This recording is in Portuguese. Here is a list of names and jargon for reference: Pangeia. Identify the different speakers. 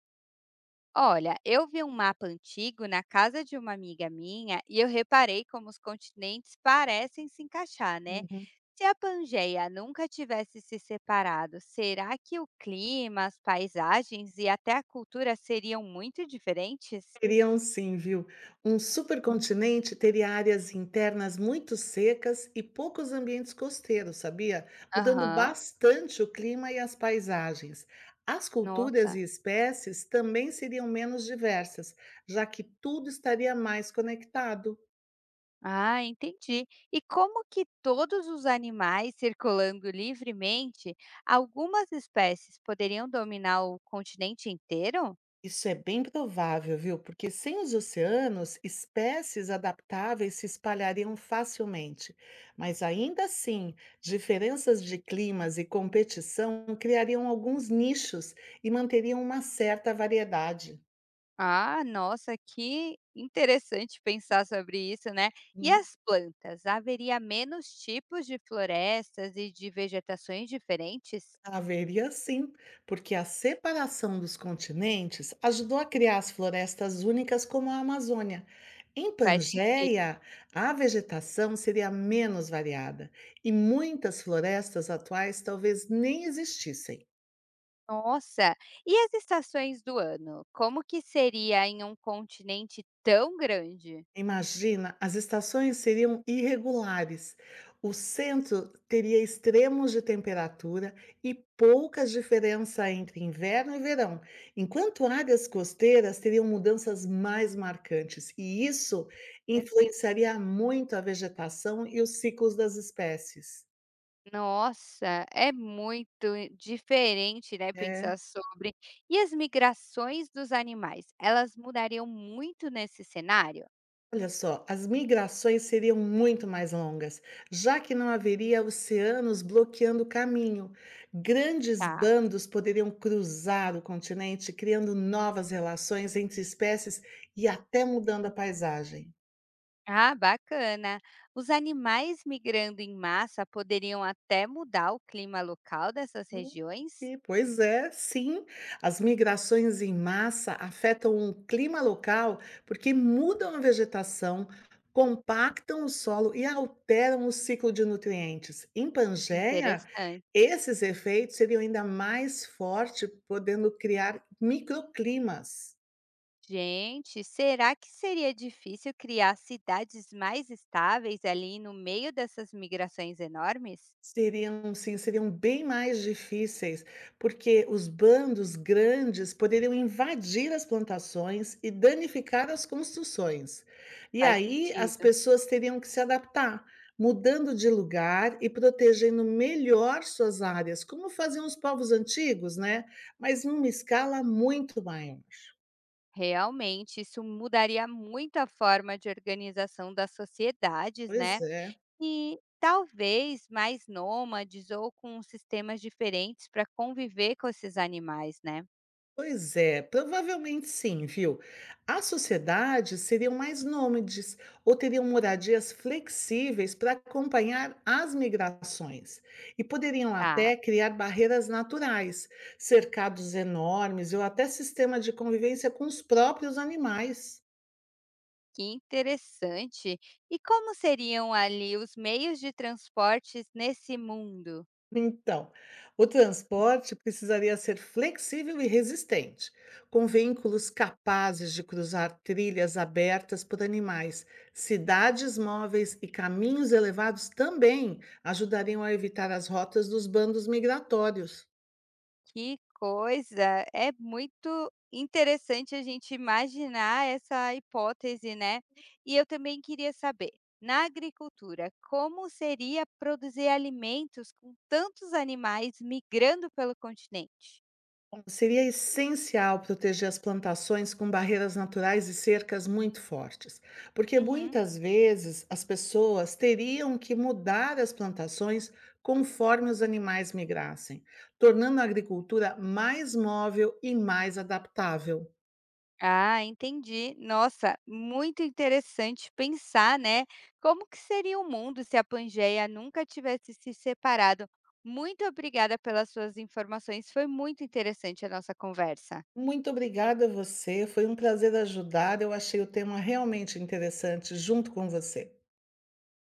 Speaker 1: Olha, eu vi um mapa antigo na casa de uma amiga minha e eu reparei como os continentes parecem se encaixar, né?
Speaker 2: Uhum.
Speaker 1: Se a Pangeia nunca tivesse se separado, será que o clima, as paisagens e até a cultura seriam muito diferentes?
Speaker 2: Teriam sim, viu? Um supercontinente teria áreas internas muito secas e poucos ambientes costeiros, sabia? Mudando
Speaker 1: Aham,
Speaker 2: bastante o clima e as paisagens. As culturas
Speaker 1: nossa.
Speaker 2: e espécies também seriam menos diversas, já que tudo estaria mais conectado.
Speaker 1: Ah, entendi. E como que todos os animais circulando livremente, algumas espécies poderiam dominar o continente inteiro?
Speaker 2: Isso é bem provável, viu? Porque sem os oceanos, espécies adaptáveis se espalhariam facilmente. Mas ainda assim, diferenças de climas e competição criariam alguns nichos e manteriam uma certa variedade.
Speaker 1: Ah, nossa, que interessante pensar sobre isso, né? E
Speaker 2: Hum.
Speaker 1: as plantas? Haveria menos tipos de florestas e de vegetações diferentes?
Speaker 2: Haveria sim, porque a separação dos continentes ajudou a criar as florestas únicas como a Amazônia. Em
Speaker 1: Faz sentido.
Speaker 2: Pangeia, a vegetação seria menos variada e muitas florestas atuais talvez nem existissem.
Speaker 1: Nossa! E as estações do ano? Como que seria em um continente tão grande?
Speaker 2: Imagina, as estações seriam irregulares. O centro teria extremos de temperatura e pouca diferença entre inverno e verão, enquanto áreas costeiras teriam mudanças mais marcantes, e isso
Speaker 1: Verdade.
Speaker 2: influenciaria muito a vegetação e os ciclos das espécies.
Speaker 1: Nossa, é muito diferente, né,
Speaker 2: É.
Speaker 1: pensar sobre. E as migrações dos animais, elas mudariam muito nesse cenário?
Speaker 2: Olha só, as migrações seriam muito mais longas, já que não haveria oceanos bloqueando o caminho. Grandes
Speaker 1: Tá.
Speaker 2: bandos poderiam cruzar o continente, criando novas relações entre espécies e até mudando a paisagem.
Speaker 1: Ah, bacana! Os animais migrando em massa poderiam até mudar o clima local dessas
Speaker 2: Hum,
Speaker 1: regiões?
Speaker 2: e pois é, sim. As migrações em massa afetam o clima local porque mudam a vegetação, compactam o solo e alteram o ciclo de nutrientes. Em Pangeia,
Speaker 1: Interessante.
Speaker 2: esses efeitos seriam ainda mais fortes, podendo criar microclimas.
Speaker 1: Gente, será que seria difícil criar cidades mais estáveis ali no meio dessas migrações enormes?
Speaker 2: Seriam sim, seriam bem mais difíceis, porque os bandos grandes poderiam invadir as plantações e danificar as construções. E
Speaker 1: Faz
Speaker 2: aí as
Speaker 1: sentido.
Speaker 2: pessoas teriam que se adaptar, mudando de lugar e protegendo melhor suas áreas, como faziam os povos antigos, né? Mas numa escala muito maior.
Speaker 1: Realmente, isso mudaria muito a forma de organização das sociedades,
Speaker 2: Pois
Speaker 1: né?
Speaker 2: é.
Speaker 1: E talvez mais nômades ou com sistemas diferentes para conviver com esses animais, né?
Speaker 2: Pois é, provavelmente sim, viu? As sociedades seriam mais nômades ou teriam moradias flexíveis para acompanhar as migrações e poderiam
Speaker 1: Tá,
Speaker 2: até criar barreiras naturais, cercados enormes ou até sistema de convivência com os próprios animais.
Speaker 1: que interessante. E como seriam ali os meios de transportes nesse mundo?
Speaker 2: Então, o transporte precisaria ser flexível e resistente, com veículos capazes de cruzar trilhas abertas por animais. Cidades móveis e caminhos elevados também ajudariam a evitar as rotas dos bandos migratórios.
Speaker 1: Que coisa! É muito interessante a gente imaginar essa hipótese, né. E eu também queria saber, na agricultura, como seria produzir alimentos com tantos animais migrando pelo continente?
Speaker 2: Seria essencial proteger as plantações com barreiras naturais e cercas muito fortes, porque
Speaker 1: Uhum.
Speaker 2: muitas vezes as pessoas teriam que mudar as plantações conforme os animais migrassem, tornando a agricultura mais móvel e mais adaptável.
Speaker 1: Ah, entendi. Nossa, muito interessante pensar, né, como que seria o mundo se a Pangeia nunca tivesse se separado. Muito obrigada pelas suas informações, foi muito interessante a nossa conversa.
Speaker 2: Muito obrigada a você, foi um prazer ajudar. Eu achei o tema realmente interessante junto com você.